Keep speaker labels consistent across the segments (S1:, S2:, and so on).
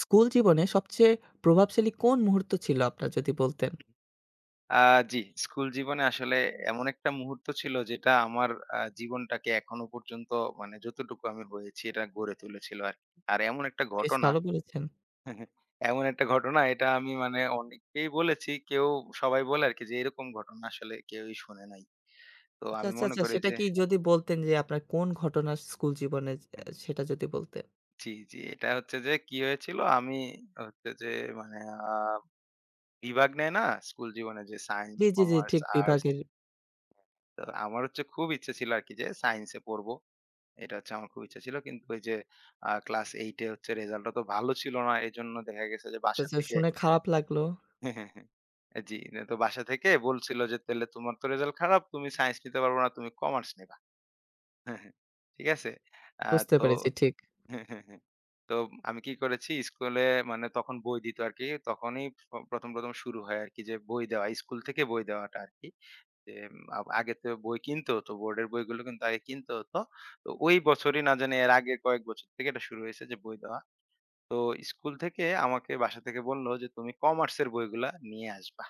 S1: School জীবনে সবচেয়ে প্রভাবশালী কোন মুহূর্ত ছিল আপনার যদি বলতেন?
S2: আ জি, স্কুল জীবনে আসলে এমন একটা মুহূর্ত ছিল যেটা আমার জীবনটাকে এখনো পর্যন্ত মানে যতটুকু আমি হয়েছি এটা গড়ে তুলেছিল আরকি। আর এমন একটা
S1: বেশ
S2: ঘটনা
S1: ভালো বলেছেন।
S2: এমন একটা ঘটনা এটা আমি মানে অনেককেই বলেছি। কেউ সবাই বলে আরকি যে এরকম ঘটনা আসলে কেউই শোনে নাই। তো
S1: আচ্ছা,
S2: আমি
S1: আচ্ছা,
S2: মনে
S1: আচ্ছা
S2: করি
S1: সেটা
S2: যে
S1: কি যদি বলতেন যে আপনার কোন ঘটনা স্কুল জীবনে
S2: হুম,
S1: সেটা যদি বলতেন?
S2: জি, জি। এটা হচ্ছে যে কি হয়েছিল আমি হচ্ছে যে মানে আ বিভাগ নেয় না স্কুল জীবনে যে সায়েন্স,
S1: জি, জি, জি
S2: কমার্স,
S1: ঠিক
S2: আর্টস।
S1: বিভাগের
S2: তো আমার হচ্ছে খুব ইচ্ছে ছিল আরকি যে সায়েন্স এ পড়বো। এটা হচ্ছে আমার খুব ইচ্ছা ছিল। কিন্তু ওই যে ক্লাস 8 এ হচ্ছে রেজাল্ট অত ভালো ছিল না। এজন্য দেখা গেছে যে বাসা
S1: আচ্ছা
S2: থেকে
S1: শুনে খারাপ লাগলো।
S2: জি, তো বাসা থেকে বলছিল যে, "তাহলে তোমার তো রেজাল্ট খারাপ। তুমি সায়েন্স নিতে পারবা না, তুমি কমার্স নিবা।" ঠিক আছে? আ
S1: বুঝতে
S2: তো
S1: পেরেছি ঠিক।
S2: তো আমি কি করেছি স্কুলে মানে তখন বই দিত আরকি। তখনই ১ম শুরু হয় আরকি যে বই দেওয়া। স্কুল থেকে বই দেওয়াটা আরকি। যে উম, আ আগে তো বই কিনতে হতো। বোর্ডের বইগুলো কিন্তু আগে কিনতে হতো। তো ওই বছরই না জানি এর আগের কয়েক বছর থেকে এটা শুরু হয়েছে যে বই দেওয়া। তো স্কুল থেকে আমাকে বাসা থেকে বলল যে, "তুমি কমার্সের বইগুলা নিয়ে আসবা।"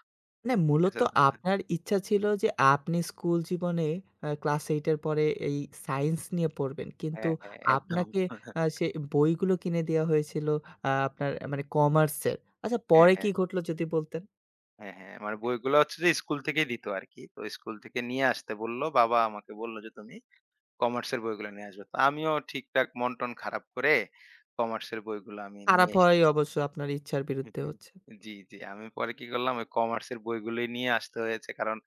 S1: মানে
S2: ঠিক
S1: মূলত
S2: আছে?
S1: আপনার ইচ্ছা ছিল যে আপনি স্কুল জীবনে ক্লাস 8 এর পরে এই সায়েন্স নিয়ে পড়বেন। কিন্তু
S2: হ্যাঁ, হ্যাঁ, একদম।
S1: আপনাকে সে বইগুলো কিনে দেয়া হয়েছিল আপনার মানে কমার্সের। আচ্ছা
S2: হ্যাঁ,
S1: পরে কি
S2: হ্যাঁ,
S1: ঘটলো যদি বলতেন?
S2: হ্যাঁ, হ্যাঁ। মানে বইগুলা হচ্ছে যে স্কুল থেকেই দিত আরকি। তো স্কুল থেকে নিয়ে আসতে বলল। বাবা আমাকে বলল যে, "তুমি কমার্সের বইগুলা নিয়ে আসবা।" তো আমিও ঠিকঠাক মন-টন খারাপ করে কমার্সের বইগুলো আমি
S1: খারাপ
S2: নিয়ে
S1: হওয়াই
S2: এসেছি।
S1: অবশ্য আপনার ইচ্ছার
S2: হুম,
S1: বিরুদ্ধে
S2: হুম।
S1: হচ্ছে।
S2: জি, জি। আমি পরে কি করলাম ওই কমার্সের বইগুলোই নিয়ে আসতে হয়েছে। কারণ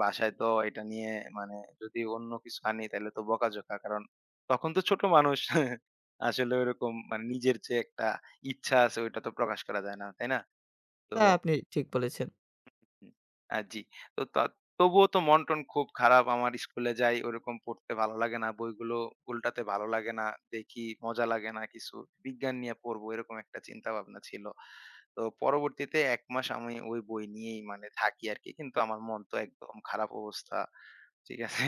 S2: বাসায় তো এটা নিয়ে মানে যদি অন্য কিছু আনি তাইলে তো বকাঝকা। কারণ তখন তো ছোট মানুষ। আসলে ওইরকম মানে নিজের যে একটা ইচ্ছা আছে ওইটা তো প্রকাশ করা যায় না, তাই না? তো
S1: তা আপনি ঠিক বলেছেন।
S2: হুম, জি। তো তা তবুও তো মন-টন খুব খারাপ। আমার স্কুলে যাই, ওরকম পড়তে ভালো লাগে না। বইগুলো উল্টাতে ভালো লাগে না। দেখি মজা লাগে না কিছু। বিজ্ঞান নিয়ে পড়বো এরকম একটা চিন্তাভাবনা ছিল। তো পরবর্তীতে ১ মাস আমি ওই বই নিয়েই মানে থাকি আরকি। কিন্তু আমার মন তো একদম খারাপ অবস্থা। ঠিক আছে?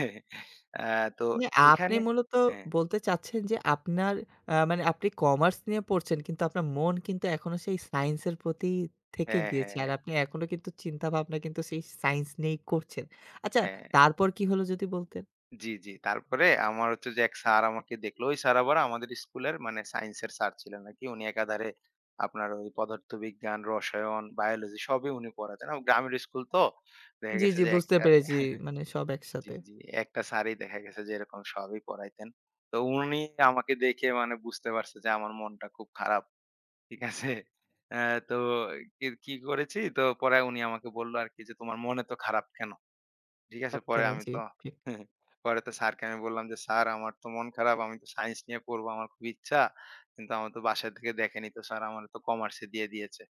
S2: আ তো
S1: মানে আপনি
S2: এখানে
S1: মূলত
S2: হ্যাঁ,
S1: বলতে চাচ্ছেন যে আপনার মানে আপনি কমার্স নিয়ে পড়ছেন কিন্তু আপনার মন কিন্তু এখনো সেই সায়েন্স এর প্রতি থেকে
S2: হ্যাঁ,
S1: গিয়েছে।
S2: হ্যাঁ,
S1: আর আপনি এখনো কিন্তু চিন্তাভাবনা কিন্তু সেই সায়েন্স নিয়েই করছেন। আচ্ছা
S2: হ্যাঁ।
S1: তারপর কি হলো যদি বলতেন?
S2: জি, জি। তারপরে আমার হচ্ছে যে এক স্যার আমাকে দেখলো। ওই স্যার আবার আমাদের স্কুলের মানে সায়েন্সের স্যার ছিলেন আরকি। উনি একাধারে আপনার ওই পদার্থবিজ্ঞান, রসায়ন, বায়োলজি সবই উনি পড়াতেন। গ্রামের স্কুল তো দেখা
S1: জি,
S2: গেছে
S1: জি
S2: যে
S1: বুঝতে
S2: একটা
S1: পেরেছি। মানে সব
S2: জি,
S1: একসাথে।
S2: জি। একটা স্যারই দেখা গেছে যে এরকম সবই পড়াইতেন। তো উনি আমাকে দেখে মানে বুঝতে পারছে যে আমার মনটা খুব খারাপ। ঠিক আছে? অ্যা তো কি করেছি তো পরে উনি আমাকে বলল আরকি যে, "তোমার মনে তো খারাপ কেন?" ঠিক আছে, পরে
S1: কেন
S2: আমি
S1: জি,
S2: তো
S1: ঠিক।
S2: পরে তো স্যারকে আমি বললাম যে, "স্যার আমার তো মন খারাপ। আমি তো সায়েন্স নিয়ে পড়বো। আমার খুব ইচ্ছা। কিন্তু আমার তো বাসা থেকে দেখেনি তো স্যার আমারে তো কমার্সে দিয়ে দিয়েছে।"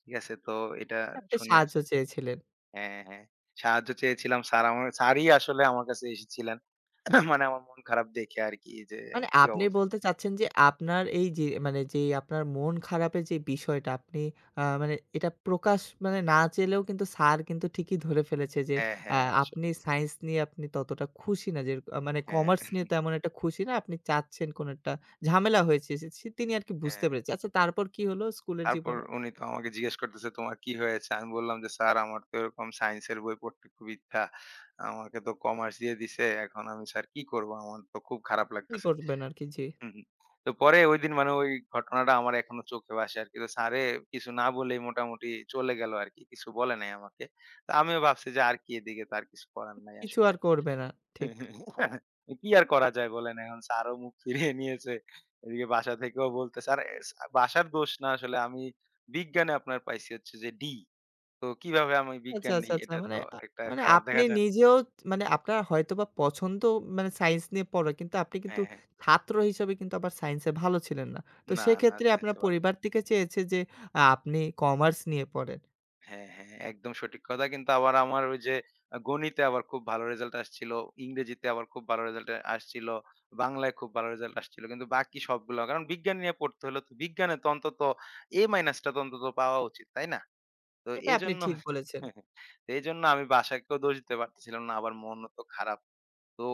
S2: ঠিক আছে? তো এটা
S1: আপনি
S2: শুনে
S1: সাহায্য চেয়েছিলেন।
S2: হ্যাঁ, হ্যাঁ। সাহায্য চেয়েছিলাম। স্যার আমার স্যারই আসলে আমার কাছে এসেছিলেন। মানে আমার মন খারাপ দেখে আরকি যে,
S1: মানে
S2: কি
S1: আপনি
S2: অবস্থা
S1: বলতে চাচ্ছেন যে আপনার এই যে মানে যেই আপনার মন খারাপের যে বিষয়টা আপনি মানে এটা প্রকাশ মানে না চাইলেও কিন্তু স্যার কিন্তু ঠিকই ধরে ফেলেছে যে
S2: হ্যাঁ,
S1: আ
S2: হ্যাঁ
S1: আপনি
S2: আসলেই।
S1: সায়েন্স নিয়ে আপনি ততটা খুশি না যে মানে
S2: হ্যাঁ,
S1: কমার্স নিয়ে তেমন একটা খুশি না। আপনি চাচ্ছেন কোন একটা ঝামেলা হয়েছে সে সে তিনি আরকি বুঝতে
S2: হ্যাঁ।
S1: পেরেছে। আচ্ছা তারপর কি হলো স্কুলের
S2: তারপর
S1: জীবনে?
S2: উনি তো আমাকে জিজ্ঞেস করতেছে, "তোমার কি হয়েছে?" আমি বললাম যে, "স্যার আমার তো এরকম সায়েন্সের বই পড়তে খুব ইচ্ছা। আমাকে তো কমার্স দিয়ে দিছে। এখন আমি স্যার কি করব? আমার তো খুব খারাপ
S1: কি
S2: লাগতেছে।"
S1: করবেন আরকি? জি।
S2: হুম, হুম। তো পরে ঐদিন মানে ওই ঘটনাটা আমার এখনো চোখে ভাসে আরকি। তো স্যারে কিছু না বলেই মোটামুটি চলে গেল আরকি। কিছু বলে নাই আমাকে। তো আমিও ভাবছি যে আর কি এদিকে তো আর কিছু করার নাই
S1: কিছু
S2: আসলে।
S1: আর করবে না। ঠিক।
S2: হ্যাঁ, কি আর করা যায় বলেন এখন স্যারও মুখ ফিরিয়ে নিয়েছে। এদিকে বাসা থেকেও বলতেছে আর এস বাসার দোষ না আসলে আমি বিজ্ঞানে আপনার পাইছি হচ্ছে যে D। তো কিভাবে আমি
S1: আচ্ছা,
S2: বিজ্ঞান
S1: আচ্ছা,
S2: নেই
S1: আচ্ছা।
S2: এটা
S1: মানে
S2: তো একটা
S1: মানে
S2: খারাপ
S1: আপনি
S2: দেখা যায় না।
S1: নিজেও মানে আপনার হয়তোবা পছন্দ মানে সায়েন্স নিয়ে পড়া। কিন্তু আপনি কিন্তু
S2: হ্যাঁ, হ্যাঁ।
S1: ছাত্র হিসেবে কিন্তু আবার সায়েন্সে ভালো ছিলেন না। তো
S2: না, না
S1: সেক্ষেত্রে আপনার
S2: সায়েন্সে ভালো।
S1: পরিবার থেকে চেয়েছে যে আপনি কমার্স নিয়ে পড়েন।
S2: হ্যাঁ, হ্যাঁ একদম সঠিক কথা। কিন্তু আবার আমার ওই যে গণিতে আবার খুব ভালো রেজাল্ট আসছিল, ইংরেজিতে আবার খুব ভালো রেজাল্ট আসছিল, বাংলায় খুব ভালো রেজাল্ট আসছিল। কিন্তু বাকি সবগুলো কারণ বিজ্ঞান নিয়ে পড়তে হলে তো বিজ্ঞানে তো অন্তত A- টা তো অন্তত পাওয়া উচিত, তাই না? তো
S1: এটা আপনি
S2: এজন্য
S1: ঠিক বলেছেন।
S2: তো এজন্য আমি বাসাকেও দোষ দিতে পারতেছিলাম না, আবার মনও তো খারাপ। তো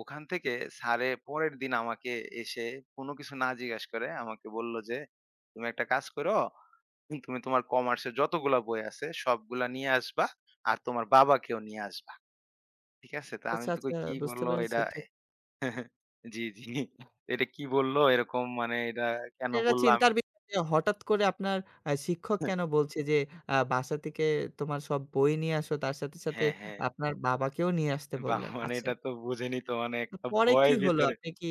S2: ওখান থেকে স্যারে পরের দিন আমাকে এসে কোনো কিছু না জিজ্ঞেস করে আমাকে বলল যে, "তুমি একটা কাজ করো, তুমি তোমার কমার্সের যতগুলা বই আছে সবগুলা নিয়ে আসবা। আর তোমার বাবাকেও নিয়ে আসবা।" ঠিক আছে? তো আমি
S1: আচ্ছা,
S2: তো কই
S1: আচ্ছা
S2: কি
S1: বুঝতে
S2: বলল
S1: পেরেছি
S2: এটা
S1: ঠিক।
S2: জি, জি। এটা কি বলল এরকম মানে এটা কেন
S1: এটা
S2: বলল আমি
S1: চিন্তার বিষয় যে হঠাৎ করে আপনার শিক্ষক কেন বলছে যে বাসা থেকে তোমার সব বই নিয়ে আসো তার সাথে, সাথে
S2: হ্যাঁ, হ্যাঁ।
S1: আপনার বাবাকেও নিয়ে আসতে
S2: বাহ!
S1: বললেন।
S2: মানে
S1: আচ্ছা।
S2: এটা তো বুঝেনি তো মানে একটা
S1: পরে কি
S2: ভয়
S1: হলো?
S2: ভিতরে
S1: আপনি কি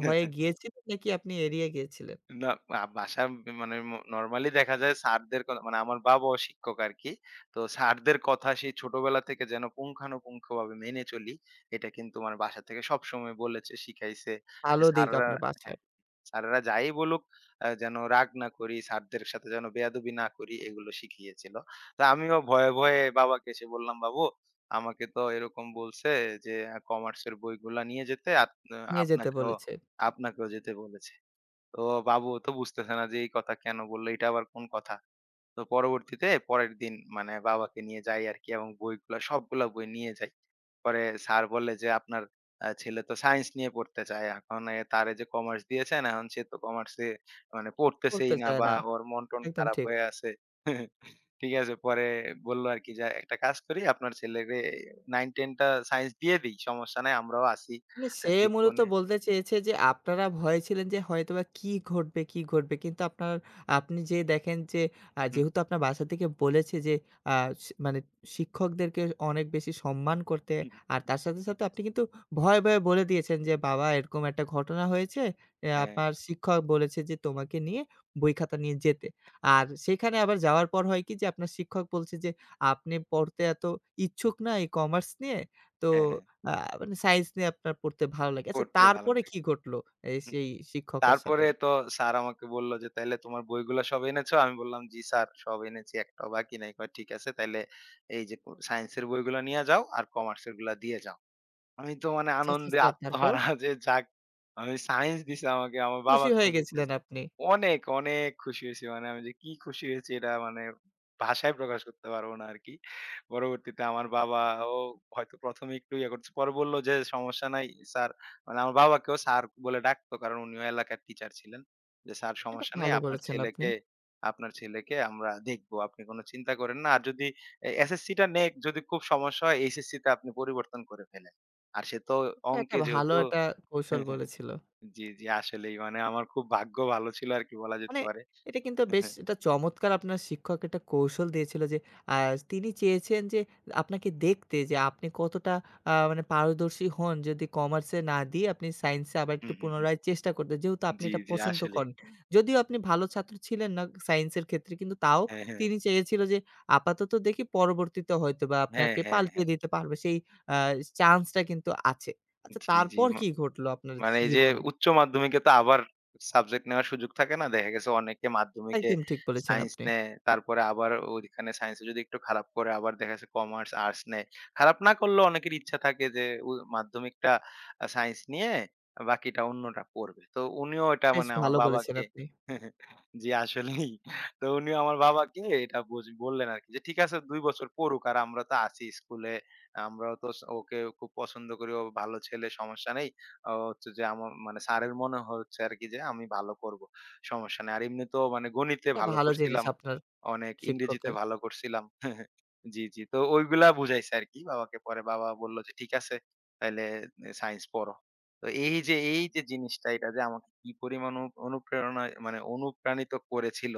S1: ভয়ে গিয়েছিলেন নাকি আপনি এড়িয়ে গিয়েছিলেন?
S2: না বাসার মানে ম নরমালি দেখা যায় স্যারদের কথা মানে আমার বাবাও শিক্ষক আরকি। তো স্যারদের কথা সেই ছোটবেলা থেকে যেন পুঙ্খানুপুঙ্খভাবে মেনে চলি, এটা কিন্তু আমার বাসা থেকে সবসময় বলেছে, শিখাইছে যে
S1: ভালো দিক
S2: স্যাররা
S1: আপনার
S2: হ্যাঁ,
S1: বাসার।
S2: স্যাররা যাই বলুক যেন রাগ না করি, স্যারদের সাথে যেন বেয়াদবি না করি এগুলো শিখিয়েছিল। তো আমিও ভয়ে, ভয়ে বাবাকে এসে বললাম, "বাবু আমাকে তো এরকম বলছে যে কমার্সের বইগুলা নিয়ে যেতে আপ
S1: নিয়ে যেতে
S2: আপনাকেও
S1: বলেছে।
S2: আপনাকেও যেতে বলেছে।" তো বাবু তো বুঝতেছে না যে এই কথা কেন বললো, এটা আবার কোন কথা। তো পরবর্তীতে পরের দিন মানে বাবাকে নিয়ে যাই আরকি এবং বইগুলা সবগুলা বই নিয়ে যাই। পরে স্যার বলে যে, "আপনার ছেলে তো সায়েন্স নিয়ে পড়তে চায়। এখন এ তারে যে কমার্স দিয়েছেন, এখন সে তো কমার্সে মানে
S1: করতে
S2: পড়তেছেই না
S1: চায়
S2: বা
S1: না।
S2: ওর মন-টন
S1: একদম
S2: খারাপ
S1: ঠিক।
S2: হয়ে আছে।" ঠিক আছে? পরে বলল আরকি যে, "একটা কাজ করি আপনার ছেলেরে 9-10 টা সায়েন্স দিয়ে দেই। সমস্যা নাই আমরাও আছি।
S1: মানে সে মূলত
S2: দেখবনে"
S1: বলতে চেয়েছে যে আপনারা ভয়ে ছিলেন যে হয়তোবা কি ঘটবে, কি ঘটবে? কিন্তু আপনি যেয়ে দেখেন যে যেহেতু আপনার বাসা থেকে বলেছে যে আ সি মানে শিক্ষকদেরকে অনেক বেশি সম্মান করতে আর তার সাথে, সাথে আপনি কিন্তু ভয়ে, ভয়ে বলে দিয়েছেন যে, "বাবা এরকম একটা ঘটনা হয়েছে।
S2: হ্যাঁ,
S1: আপনার শিক্ষক বলেছে যে তোমাকে নিয়ে বই খাতা নিয়ে যেতে।" আর সেখানে আবার যাওয়ার পর হয় কি যে আপনার শিক্ষক বলছে যে, "আপনি পড়তে এত ইচ্ছুক না এই কমার্স নিয়ে। তো
S2: হ্যাঁ, হ্যাঁ।
S1: আ মানে সায়েন্স নিয়ে আপনার পড়তে ভালো লাগে। আচ্ছা
S2: পড়তে ভালো
S1: তারপরে
S2: লাগে।
S1: কি ঘটলো এই
S2: হুম,
S1: সেই শিক্ষকের সাথে?
S2: তারপরে তো স্যার আমাকে বলল যে, "তাইলে তোমার বইগুলা সব এনেছো?" আমি বললাম, "জি স্যার, সব এনেছি। একটাও বাকি নাই।" কয়, "ঠিক আছে তাইলে এই যে ক সায়েন্সের বইগুলা নিয়া যাও আর কমার্সের গুলা দিয়ে যাও।" আমি তো মানে
S1: আচ্ছা, আচ্ছা,
S2: আনন্দে
S1: আচ্ছা। তারপর?
S2: আত্মহারা যে যাক আমি সায়েন্স দিছে আমাকে, আমার
S1: খুশি
S2: বাবাকেও
S1: হয়ে গেছিলেন
S2: বুঝাইছে।
S1: আপনি।
S2: অনেক, অনেক খুশি হইছি। মানে আমি যে কি খুশি হয়েছি এটা মানে ভাষায় প্রকাশ করতে পারবো না আরকি। পরবর্তীতে আমার বাবাও হয়তো ১ম এ একটু ইয়ে করছে। পরে বলল যে, "সমস্যা নাই স্যার" মানে আমার বাবাকেও স্যার বলে ডাকতো কারণ উনিও এলাকার টিচার ছিলেন। যে, "স্যার
S1: এটা
S2: সমস্যা নেই
S1: ভালো
S2: আপনার
S1: বলেছেন আপনি।
S2: ছেলেকে আমরা দেখবো। আপনি কোন চিন্তা করেন না। আর যদি এ এসএসসি টা নে যদি খুব সমস্যা হয় এইচএসসি তে আপনি পরিবর্তন করে ফেলেন।" আর সে তো
S1: এটা একটা
S2: অঙ্কে
S1: ভালো
S2: যেহেতু
S1: একটা কৌশল বলেছিল।
S2: জি, জি, আসলেই মানে আমার খুব ভাগ্য ভালো ছিল আরকি বলা
S1: মানে
S2: যেতে পারে।
S1: এটা কিন্তু বেশ এটা চমৎকার আপনার শিক্ষক একটা কৌশল দিয়েছিল যে আ তিনি চেয়েছেন যে আপনাকে দেখতে যে আপনি কতটা মানে পারদর্শী হন যদি কমার্সে না দিয়ে আপনি সায়েন্সে আবার
S2: হু, হু,
S1: একটু
S2: হুম, হুম, হুম।
S1: পুনরায় চেষ্টা করতে। যেহেতু আপনি
S2: জি,
S1: এটা
S2: জি,
S1: পছন্দ
S2: আসলেই।
S1: করেন। যদিও আপনি ভালো ছাত্র ছিলেন না সায়েন্সের ক্ষেত্রে কিন্তু তাও
S2: হ্যাঁ, হ্যাঁ।
S1: তিনি চেয়েছিল যে আপাতত দেখি পরবর্তীতে হয়তোবা
S2: হ্যাঁ,
S1: আপনাকে
S2: হ্যাঁ,
S1: পাল্টিয়ে
S2: হ্যাঁ।
S1: দিতে পারবে। সেই আ চান্সটা কিন্তু আছে। আচ্ছা
S2: জি, জি।
S1: তারপর কি ঘটলো আপনার
S2: মানে এই যে
S1: জীবনে?
S2: উচ্চ মাধ্যমিকে তো আবার সাবজেক্ট নেওয়ার সুযোগ থাকে না। দেখা গেছে অনেকে মাধ্যমিকে
S1: একদম ঠিক বলেছেন
S2: সায়েন্স
S1: আপনি।
S2: নেয়। তারপরে আবার ওইখানে সায়েন্সে যদি একটু খারাপ করে আবার দেখা যাচ্ছে কমার্স, আর্টস নেয়। খারাপ না করলেও অনেকের ইচ্ছা থাকে যে উ মাধ্যমিকটা সায়েন্স নিয়ে বাকিটা অন্যটা পড়বে। তো উনিও এটা
S1: বেশ
S2: মানে আমার
S1: ভালো বলেছেন
S2: বাবাকে
S1: আপনি।
S2: জি আসলেই। তো উনিও আমার বাবাকে এটা বুঝ বললেন আরকি যে ঠিক আছে ২ বছর পড়ুক আর আমরা তো আছি স্কুলে। আমরাও তো স ওকে খুব পছন্দ করি। ও ভালো ছেলে সমস্যা নেই। হচ্ছে যে আমার মানে স্যারের মনে হচ্ছে আরকি যে আমি ভালো করব। সমস্যা নাই। আর এমনিতেও মানে গণিতে
S1: এটা
S2: ভালো
S1: ভালো জিনিস
S2: করছিলাম।
S1: আপনার
S2: অনেক ইংরেজিতে
S1: শিক্ষকের।
S2: ভালো করছিলাম। জি, জি। তো ওইগুলা বুঝাইছে আরকি বাবাকে। পরে বাবা বলল যে, "ঠিক আছে, তাইলে এ সায়েন্স পড়ো।" তো এই যে জিনিসটা এটা যে আমাকে কি পরিমাণ অনু অনুপ্রেরণায় মানে অনুপ্রাণিত করেছিল,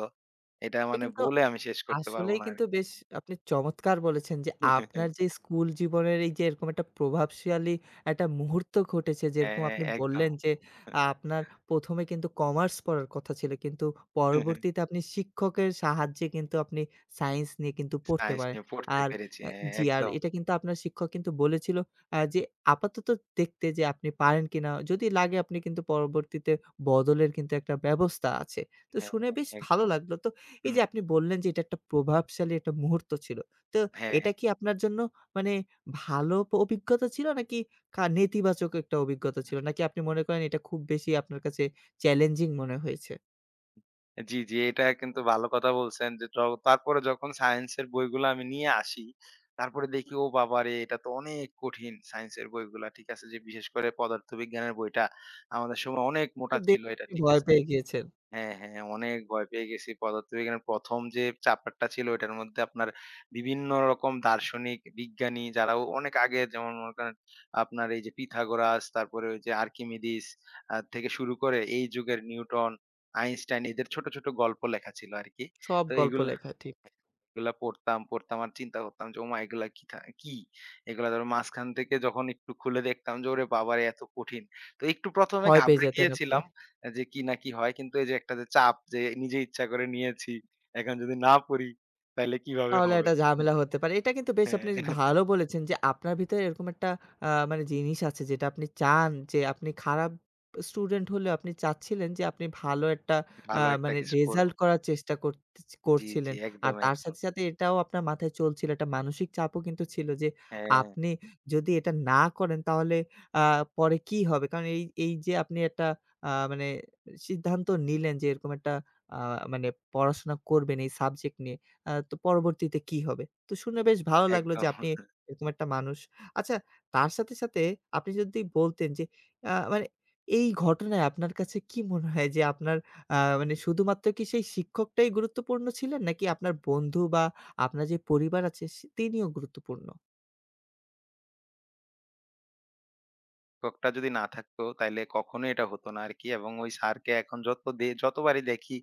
S2: এটা
S1: এটা
S2: মানে
S1: কিন্তু,
S2: বলে আমি শেষ করতে পারব
S1: আসলেই
S2: না
S1: কিন্তু
S2: আরকি।
S1: বেশ আপনি চমৎকার বলেছেন যে, আপনার যে স্কুল জীবনের এই যে এরকম একটা প্রভাবশালী একটা মুহূর্ত ঘটেছে, যেরকম
S2: হ্যাঁ,
S1: আপনি
S2: একদম।
S1: বললেন যে, আপনার ১ম এ কিন্তু কমার্স পড়ার কথা ছিল। কিন্তু পরবর্তীতে আপনি শিক্ষকের সাহায্যে কিন্তু আপনি সায়েন্স নিয়ে কিন্তু পড়তে
S2: সায়েন্স
S1: পারেন।
S2: নিয়ে পড়তে
S1: আর
S2: পেরেছি।
S1: আ
S2: হ্যাঁ,
S1: জি, আর
S2: একদম।
S1: এটা কিন্তু আপনার শিক্ষক কিন্তু বলেছিল যে, আপাতত দেখতে যে আপনি পারেন কিনা? যদি লাগে আপনি কিন্তু পরবর্তীতে বদলের কিন্তু একটা ব্যবস্থা আছে। তো
S2: হ্যাঁ,
S1: শুনে বেশ ভালো
S2: একদম।
S1: লাগলো। তো এই
S2: হুম।
S1: যে আপনি বললেন যে এটা একটা প্রভাবশালী একটা মুহূর্ত ছিল। তো
S2: হ্যাঁ,
S1: এটা
S2: হ্যাঁ।
S1: কি আপনার জন্য মানে ভালো অভিজ্ঞতা ছিল নাকি নেতিবাচক একটা অভিজ্ঞতা ছিল? নাকি আপনি মনে করেন এটা খুব বেশি আপনার কাছে চ্যালেঞ্জিং মনে হয়েছে?
S2: জি, জি। এটা কিন্তু ভালো কথা বলছেন যে জ তারপরে যখন সায়েন্সের বইগুলো আমি নিয়ে আসি, তারপরে দেখি ও বাবারে! এটা তো অনেক কঠিন সায়েন্সের বইগুলা। ঠিক আছে? যে বিশেষ করে পদার্থবিজ্ঞানের বইটা আমাদের সময় অনেক মোটা
S1: দে
S2: ছিল এটা। ঠিক
S1: ভয়
S2: আছে?
S1: পেয়ে গিয়েছেন।
S2: হ্যাঁ, হ্যাঁ, অনেক ভয় পেয়ে গেছি। পদার্থবিজ্ঞানের ১ম যে চ্যাপ্টারটা ছিল ওইটার মধ্যে আপনার বিভিন্ন রকম দার্শনিক, বিজ্ঞানী যারাও অনেক আগে যেমন মনে করেন আপনার এই যে পিথাগোরাস, তারপরে ওই যে আর্কিমিডিস থেকে শুরু করে এই যুগের নিউটন, আইনস্টাইন এদের ছোট, ছোট গল্প লেখা ছিল আরকি।
S1: সব
S2: তো
S1: গল্প
S2: এইগুলা
S1: লেখা ঠিক।
S2: এগুলা পড়তাম, পড়তাম আর চিন্তা করতাম যে ওমা এগুলা কি থা কি? এগুলা ধরো মাঝখান থেকে যখন একটু খুলে দেখতাম যে ওরে বাবারে এত কঠিন। তো একটু ১ম এ
S1: ভয় পেয়ে
S2: ঘাবড়ে
S1: যেতেন আপনি।
S2: গিয়েছিলাম যে কি না কি হয়। কিন্তু এই যে একটা যে চাপ যে নিজে ইচ্ছা করে নিয়েছি। এখন যদি না পড়ি তাইলে কিভাবে
S1: তাহলে
S2: হবে?
S1: একটা ঝামেলা হতে পারে। এটা কিন্তু বেশ আপনি
S2: হ্যাঁ,
S1: ভালো বলেছেন যে আপনার ভিতরে এরকম একটা মানে জিনিস আছে যেটা আপনি চান যে আপনি খারাপ স্টুডেন্ট হলেও আপনি চাচ্ছিলেন যে আপনি ভালো একটা
S2: ভালো একটা
S1: মানে
S2: কিছু করব।
S1: রেজাল্ট করার চেষ্টা
S2: জি, জি।
S1: করছিলেন। আর
S2: একদম,
S1: তার
S2: একদম।
S1: সাথে, সাথে এটাও আপনার মাথায় চলছিল একটা মানসিক চাপও কিন্তু ছিল যে
S2: হ্যাঁ,
S1: আপনি যদি এটা না করেন তাহলে আ পরে কি হবে? কারণ এই যে আপনি একটা মানে সিদ্ধান্ত নিলেন যে এরকম একটা আ মানে পড়াশোনা করবেন এই সাবজেক্ট নিয়ে। তো পরবর্তীতে কি হবে? তো শুনে বেশ ভালো লাগলো যে
S2: একদম।
S1: আপনি এরকম একটা মানুষ। আচ্ছা তার সাথে, সাথে আপনি যদি বলতেন যে মানে এই ঘটনায় আপনার কাছে কি মনে হয় যে আপনার মানে শুধুমাত্র কি সেই শিক্ষকটাই গুরুত্বপূর্ণ ছিলেন? নাকি আপনার বন্ধু বা আপনার যে পরিবার আছে সে তিনিও গুরুত্বপূর্ণ?
S2: শিক্ষকটা যদি না থাকতো তাইলে কখনোই এটা হতো না আরকি। এবং ওই স্যারকে এখন যত দে যতবারই দেখি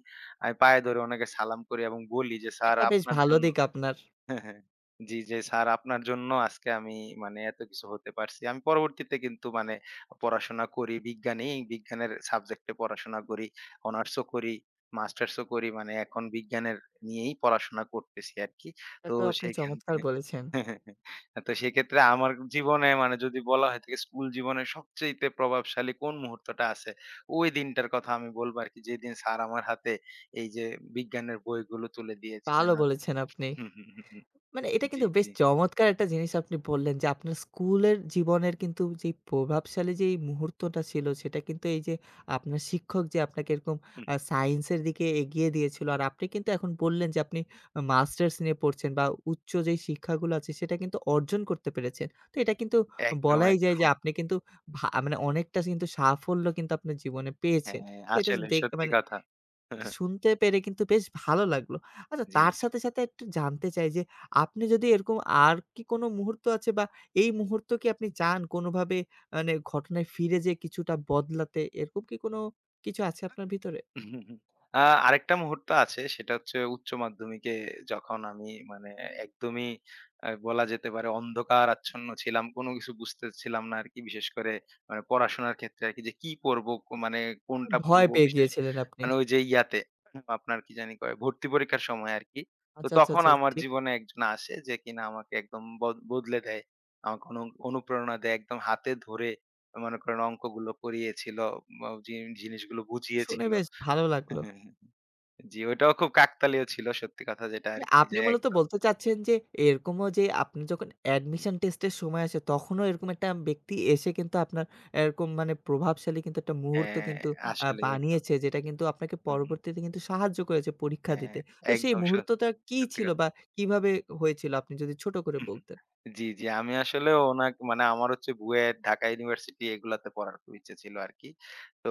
S2: আমি পায়ে ধরে ওনাকে সালাম করি এবং বলি যে, "স্যার
S1: এটা বেশ
S2: আপনার
S1: ভালো
S2: জন্য"
S1: দিক আপনার।
S2: হ্যাঁ, হ্যাঁ। জি, জি। স্যার আপনার জন্য আজকে আমি মানে এত কিছু হতে পারছি। আমি পরবর্তীতে কিন্তু মানে পড়াশোনা করি বিজ্ঞানেই, বিজ্ঞানের সাবজেক্টে পড়াশোনা করি। অনার্সও করি, মাস্টার্সও করি। মানে এখন বিজ্ঞানের নিয়েই পড়াশোনা করতেছি আরকি।
S1: এটা
S2: তো
S1: তো আপনি
S2: সেইখান
S1: চমৎকার
S2: থেকে
S1: বলেছেন।
S2: তো সেক্ষেত্রে আমার জীবনে মানে যদি বলা হয়ে থাকে স্কুল জীবনের সবচাইতে প্রভাবশালী কোন মুহূর্তটা আছে? ওই দিনটার কথা আমি বলবো আরকি যেদিন স্যার আমার হাতে এই যে বিজ্ঞানের বইগুলো তুলে দিয়েছিলেন।
S1: ভালো বলেছেন আপনি।
S2: হুম, হুম, হুম, হুম।
S1: মানে এটা
S2: জি,
S1: কিন্তু বেশ
S2: জি।
S1: চমৎকার একটা জিনিস আপনি বললেন যে আপনার স্কুলের জীবনের কিন্তু যে প্রভাবশালী যে এই মুহূর্তটা ছিল সেটা কিন্তু এই যে আপনার শিক্ষক যে আপনাকে এরকম সায়েন্সের দিকে এগিয়ে দিয়েছিল আর আপনি কিন্তু এখন বললেন যে আপনি মাস্টার্স নিয়ে পড়ছেন বা উচ্চ যেই শিক্ষাগুলো আছে সেটা কিন্তু অর্জন করতে পেরেছেন। তো এটা কিন্তু
S2: একদম,
S1: বলাই যায় যে
S2: একদম।
S1: আপনি কিন্তু মানে অনেকটা কিন্তু সাফল্য কিন্তু আপনার জীবনে পেয়েছেন।
S2: হ্যাঁ,
S1: তো এটা
S2: আসলে
S1: দেখ
S2: সত্যি
S1: মানে
S2: কথা।
S1: এটা শুনতে পেরে কিন্তু বেশ ভালো লাগলো। আচ্ছা
S2: জি।
S1: তার সাথে, সাথে একটু জানতে চাই যে আপনি যদি এরকম আর কি কোনো মুহূর্ত আছে বা এই মুহূর্ত কি আপনি চান কোনোভাবে মানে ঘটনায় ফিরে যেয়ে কিছুটা বদলাতে? এরকম কি কোনো কিছু আছে আপনার ভিতরে?
S2: আ আরেকটা মুহূর্ত আছে সেটা হচ্ছে উচ্চ মাধ্যমিকে যখন আমি মানে একদমই বলা যেতে পারে অন্ধকার আচ্ছন্ন ছিলাম। কোনো কিছু বুঝতেছিলাম না আরকি। বিশেষ করে মানে পড়াশোনার ক্ষেত্রে আরকি যে কি পড়বো কো মানে কোনটা
S1: ভয়
S2: পড়বো
S1: পেয়ে
S2: বিশেষ
S1: গিয়েছিলেন আপনি।
S2: মানে ওই যে ইয়াতে আপনার কি জানি কয় ভর্তি পরীক্ষার সময় আরকি। তো
S1: আচ্ছা, আচ্ছা,
S2: তখন
S1: আচ্ছা
S2: আমার
S1: ঠিক।
S2: জীবনে একজন আসে যে কিনা আমাকে একদম বদ বদলে দেয়। আমাকে অনু অনুপ্রেরণা দেয় একদম হাতে ধরে মনে করেন অঙ্কগুলো করিয়েছিল, ম জি জিনিসগুলো
S1: শুনে
S2: বুঝিয়েছিল।
S1: বেশ ভালো
S2: হ্যাঁ,
S1: লাগলো।
S2: হ্যাঁ, হ্যাঁ। জি, ওইটাও খুব কাকতালীয় ছিল সত্যি কথা যেটা
S1: মানে
S2: আরকি
S1: আপনি
S2: যে
S1: মূলত
S2: একদম
S1: বলতে চাচ্ছেন যে, এরকমও যে আপনি যখন অ্যাডমিশন টেস্টের সময় আসে, তখনও এরকম একটা ব্যক্তি এসে কিন্তু আপনার এরকম মানে প্রভাবশালী কিন্তু একটা মুহূর্ত
S2: হ্যাঁ,
S1: কিন্তু
S2: আসলেই একদম।
S1: বানিয়েছে, যেটা কিন্তু আপনাকে
S2: হুম, হুম।
S1: পরবর্তীতে কিন্তু সাহায্য করেছে পরীক্ষা
S2: হ্যাঁ,
S1: দিতে। তো সেই
S2: একদম সত
S1: মুহূর্তটা কি
S2: সত্যি
S1: ছিল
S2: কথা।
S1: বা কিভাবে হয়েছিল? আপনি যদি ছোট করে
S2: হুম, হুম।
S1: বলতেন।
S2: জি, জি। আমি আসলে ওনাকে মানে আমার হচ্ছে বুয়েট, ঢাকা ইউনিভার্সিটি এগুলাতে পড়ার খুব ইচ্ছে ছিল আরকি। তো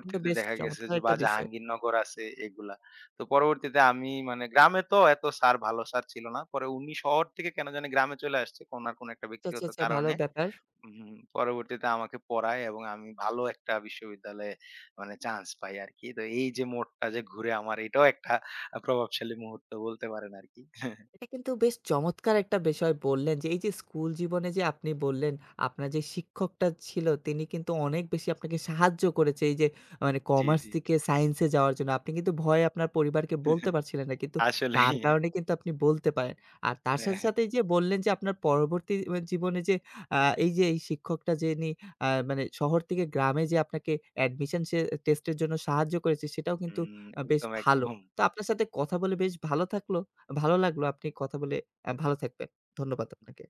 S1: কিন্তু বেশ
S2: দেখা গেছে
S1: চমৎকার
S2: যে বা
S1: একটা বিষয়।
S2: জাহাঙ্গীরনগর আছে এগুলা। তো পরবর্তীতে আমি মানে গ্রামে তো এত স্যার ভালো স্যার ছিল না। পরে উনি শহর থেকে কেন জানি গ্রামে চলে আসছে, ওনার কোনো একটা
S1: আচ্ছা, আচ্ছা,
S2: ব্যক্তিগত
S1: আচ্ছা, ভালো
S2: কারণে।
S1: ব্যাপার।
S2: হুম, পরবর্তীতে আমাকে পড়ায় এবং আমি ভালো একটা বিশ্ববিদ্যালয়ে মানে চান্স পাই আরকি। তো এই যে মোড়টা যে ঘুরে আমার এটাও একটা প্রভাবশালী মুহূর্ত বলতে পারেন আরকি।
S1: এটা কিন্তু বেশ চমৎকার একটা বিষয় বললেন যে, এই যে স্কুল জীবনে যে আপনি বললেন, আপনার যে শিক্ষকটা ছিল তিনি কিন্তু অনেক বেশি আপনাকে সাহায্য করেছে এই যে মানে
S2: জি,
S1: কমার্স
S2: জি।
S1: থেকে সায়েন্সে যাওয়ার জন্য। আপনি কিন্তু ভয়ে আপনার পরিবারকে বলতে পারছিলেন না। কিন্তু তার
S2: আসলেই।
S1: কারণে কিন্তু আপনি বলতে পারেন। আর তার
S2: হ্যাঁ,
S1: সাথে,
S2: হ্যাঁ।
S1: সাথে এই যে বললেন যে আপনার পরবর্তী জীবনে যে আ এই যে এই শিক্ষকটা যিনি মানে শহর থেকে গ্রামে যে আপনাকে অ্যাডমিশন টেস্টের জন্য সাহায্য করেছে সেটাও কিন্তু
S2: হুম,
S1: বেশ
S2: একদম,
S1: ভালো।
S2: একদম।
S1: তো আপনার সাথে কথা বলে বেশ ভালো থাকলো। ভালো লাগলো। আপনি কথা বলে ভালো থাকবেন। ধন্যবাদ আপনাকে।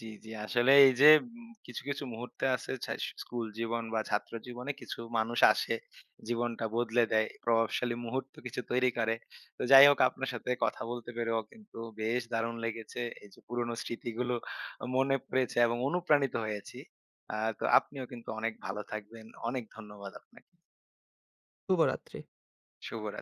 S2: জি, জি। আসলে এই যে কিছু, কিছু মুহূর্তে আছে ছাস স্কুল জীবন বা ছাত্র জীবনে কিছু মানুষ আসে, জীবনটা বদলে দেয়, প্রভাবশালী মুহূর্ত কিছু তৈরি করে। তো যাই হোক আপনার সাথে কথা বলতে পেরেও কিন্তু বেশ দারুণ লেগেছে। এই যে পুরনো স্মৃতিগুলো মনে পড়েছে এবং অনুপ্রাণিত হয়েছি। তো আপনিও কিন্তু অনেক ভালো থাকবেন। অনেক ধন্যবাদ আপনাকে।
S1: শুভরাত্রি।
S2: শুভরাত